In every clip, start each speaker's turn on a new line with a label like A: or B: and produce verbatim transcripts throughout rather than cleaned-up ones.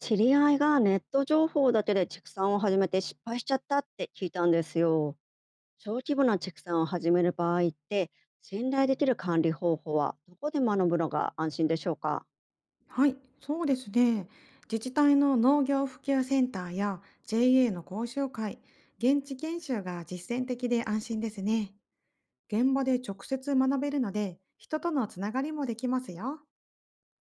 A: 知り合いがネット情報だけで畜産を始めて失敗しちゃったって聞いたんですよ。小規模な畜産を始める場合って、信頼できる管理方法はどこで学ぶのが安心でしょうか？
B: はい、そうですね。自治体の農業普及センターや ジェーエー の講習会、現地研修が実践的で安心ですね。現場で直接学べるので、人とのつながりもできますよ。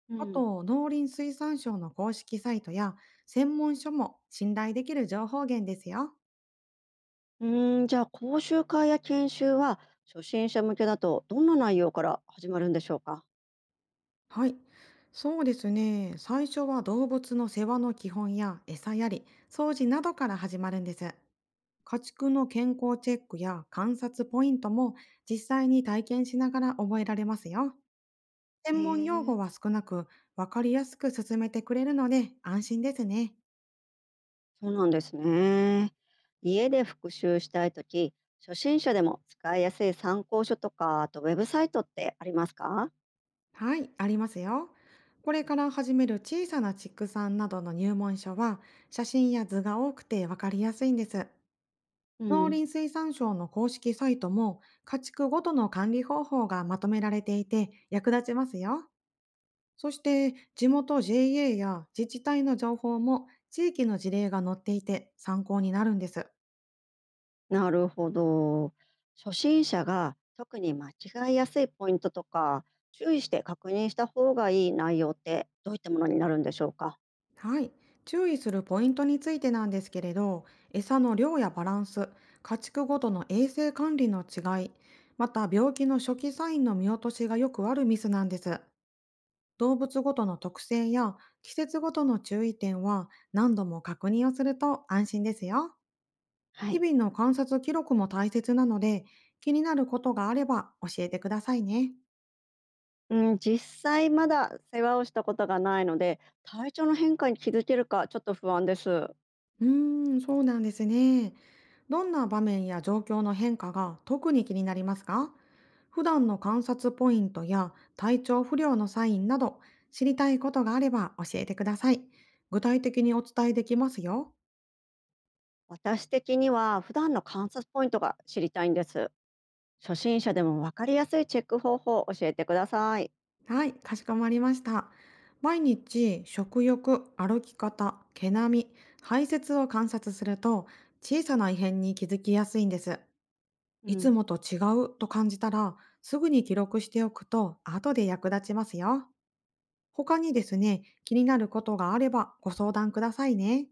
A: う
B: あ
A: ん。
B: と、農林水産省の公式サイトや専門書も信頼できる情報源ですよ。
A: うーん、じゃあ講習会や研修は初心者向けだとどんな内容から始まるんでしょうか？
B: はい、そうですね。最初は動物の世話の基本や餌やり、掃除などから始まるんです。家畜の健康チェックや観察ポイントも実際に体験しながら覚えられますよ。
A: へ
B: 専門用
A: え。
B: 語は少なく分かりやすく進めてくれるので安心ですね。
A: そうなんですね。家で復習したいとき、初心者でも使いやすい参考書とか、あとウェブサイトってありますか？
B: はい、ありますよ。これから始める小さな畜産などの入門書は写真や図が多くて分かりやすいんです。
A: う
B: 農
A: ん。
B: 林水産省の公式サイトも家畜ごとの管理方法がまとめられていて役立ちますよ。そして地元 ジェーエー や自治体の情報も地域の事例が載っていて参考になるんです。
A: なるほど。初心者が特に間違いやすいポイントとか、注意して確認した方がいい内容ってどういったものになるんでしょうか。
B: はい。注意するポイントについてなんですけれど、餌の量やバランス、家畜ごとの衛生管理の違い、また病気の初期サインの見落としがよくあるミスなんです。動物ごとの特性や季節ごとの注意点は何度も確認をすると安心ですよ。
A: はい。
B: 日々の観察記録も大切なので、気になることがあれば教えてくださいね。
A: うん、実際まだ世話をしたことがないので、体調の変化に気づけるかちょっと不安です。
B: うーん、そうなんですね。どんな場面や状況の変化が特に気になりますか。普段の観察ポイントや体調不良のサインなど知りたいことがあれば教えてください。具体的にお伝えできますよ。
A: 私的には普段の観察ポイントが知りたいんです。初心者でも分かりやすいチェック方法を教えてください。
B: はい、かしこまりました。毎日、食欲、歩き方、毛並み、排泄を観察すると、小さな異変に気づきやすいんです。
A: う
B: いつ
A: ん。
B: もと違うと感じたら、すぐに記録しておくと、後で役立ちますよ。他にですね、気になることがあればご相談くださいね。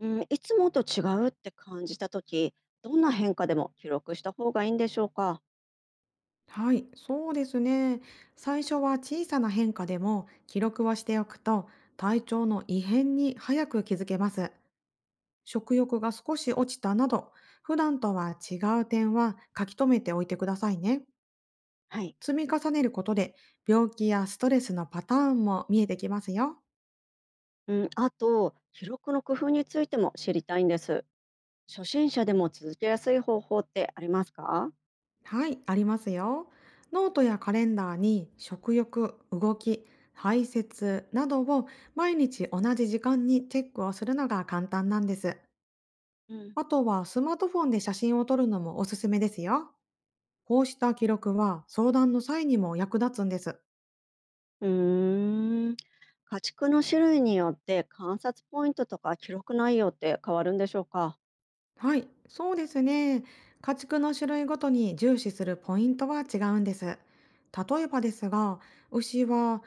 A: うん、いつもと違うって感じた時、どんな変化でも記録した方がいいんでしょうか。
B: はい、そうですね。最初は小さな変化でも記録をしておくと、体調の異変に早く気づけます。食欲が少し落ちたなど、普段とは違う点は書き留めておいてくださいね。
A: はい。
B: 積み重ねることで病気やストレスのパターンも見えてきますよ。
A: うん、あと、記録の工夫についても知りたいんです。初心者でも続けやすい方法ってありますか？
B: はい、ありますよ。ノートやカレンダーに食欲、動き、排泄などを毎日同じ時間にチェックをするのが簡単なんです。
A: うん。
B: あとはスマートフォンで写真を撮るのもおすすめですよ。こうした記録は相談の際にも役立つんです。
A: うーん。家畜の種類によって観察ポイントとか記録内容って変わるんでしょうか？
B: はい、そうですね。家畜の種類ごとに重視するポイントは違うんです。例えばですが、牛は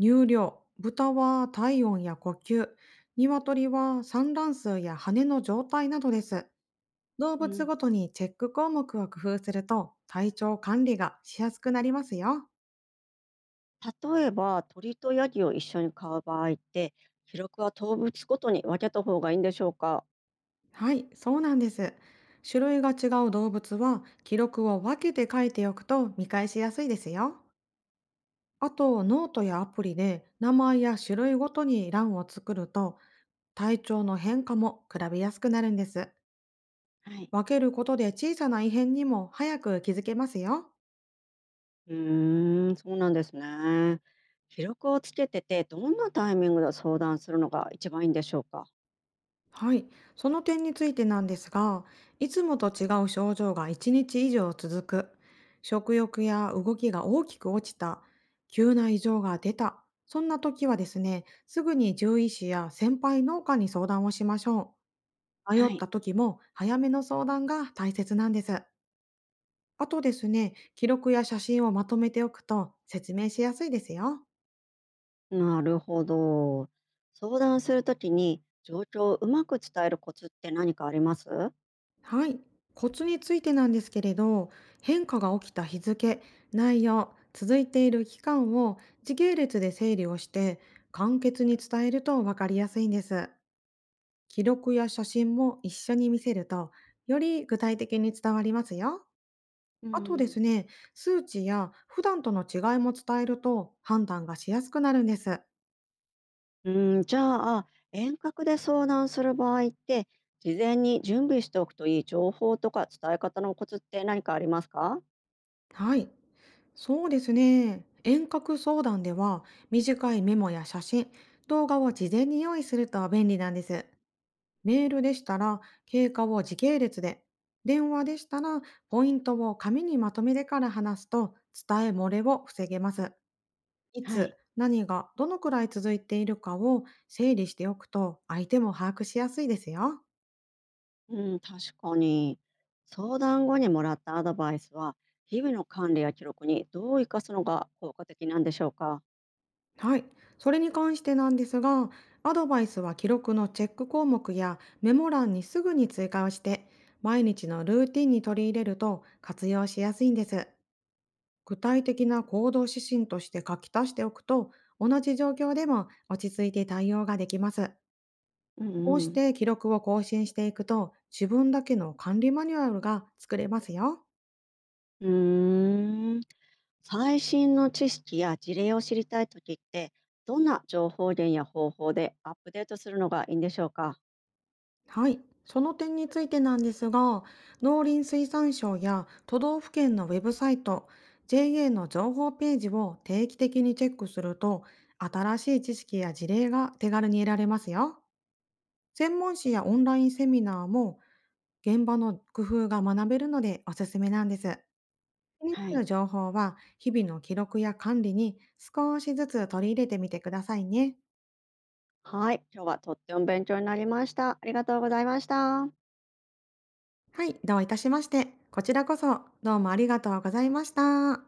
B: 乳量、豚は体温や呼吸、鶏は産卵数や羽の状態などです。動
A: う
B: 物
A: ん、
B: ごとにチェック項目を工夫すると体調管理がしやすくなりますよ。
A: 例えば鳥とヤギを一緒に飼う場合って、記録は動物ごとに分けた方がいいんでしょうか？
B: はい、そうなんです。種類が違う動物は記録を分けて書いておくと見返しやすいですよ。あと、ノートやアプリで名前や種類ごとに欄を作ると、体調の変化も比べやすくなるんです。
A: はい。
B: 分けることで小さな異変にも早く気づけますよ。
A: うーん、そうなんですね。記録をつけてて、どんなタイミングで相談するのが一番いいんでしょうか？
B: はい。その点についてなんですが、いつもと違う症状がいちにち以上続く、食欲や動きが大きく落ちた、急な異常が出た、そんな時はですね、すぐに獣医師や先輩農家に相談をしましょう。迷
A: は
B: っ
A: い。
B: た時も早めの相談が大切なんです。あとですね、記録や写真をまとめておくと説明しやすいですよ。
A: なるほど。相談するときに状況をうまく伝えるコツって何かあります？
B: はい。コツについてなんですけれど、変化が起きた日付、内容、続いている期間を時系列で整理をして簡潔に伝えると分かりやすいんです。記録や写真も一緒に見せるとより具体的に伝わりますよ。
A: うん
B: あと
A: う
B: で
A: ん。
B: すね、数値や普段との違いも伝えると判断がしやすくなるんです。
A: じゃあ遠隔で相談する場合って、事前に準備しておくといい情報とか伝え方のコツって何かありますか？
B: はい。そうですね。遠隔相談では短いメモや写真、動画を事前に用意すると便利なんです。メールでしたら経過を時系列で、電話でしたらポイントを紙にまとめてから話すと伝え漏れを防げます。い
A: は
B: つ、
A: い。
B: 何が、どのくらい続いているかを整理しておくと相手も把握しやすいですよ。
A: うん、確かに。相談後にもらったアドバイスは日々の管理や記録にどう生かすのが効果的なんでしょうか？
B: はい、それに関してなんですが、アドバイスは記録のチェック項目やメモ欄にすぐに追加をして、毎日のルーティンに取り入れると活用しやすいんです。具体的な行動指針として書き足しておくと、同じ状況でも落ち着いて対応ができます。
A: うん。
B: こう
A: う
B: し
A: ん。
B: て記録を更新していくと、自分だけの管理マニュアルが作れますよ。
A: うーん、最新の知識や事例を知りたいときって、どんな情報源や方法でアップデートするのがいいんでしょうか？
B: はい、その点についてなんですが、農林水産省や都道府県のウェブサイト、ジェーエー の情報ページを定期的にチェックすると、新しい知識や事例が手軽に得られますよ。専門誌やオンラインセミナーも現場の工夫が学べるのでおすすめなんです。気に
A: は
B: なる
A: い。
B: 情報は日々の記録や管理に少しずつ取り入れてみてくださいね。
A: はい、今日はとっても勉強になりました。ありがとうございました。
B: はい、どういたしまして。こちらこそどうもありがとうございました。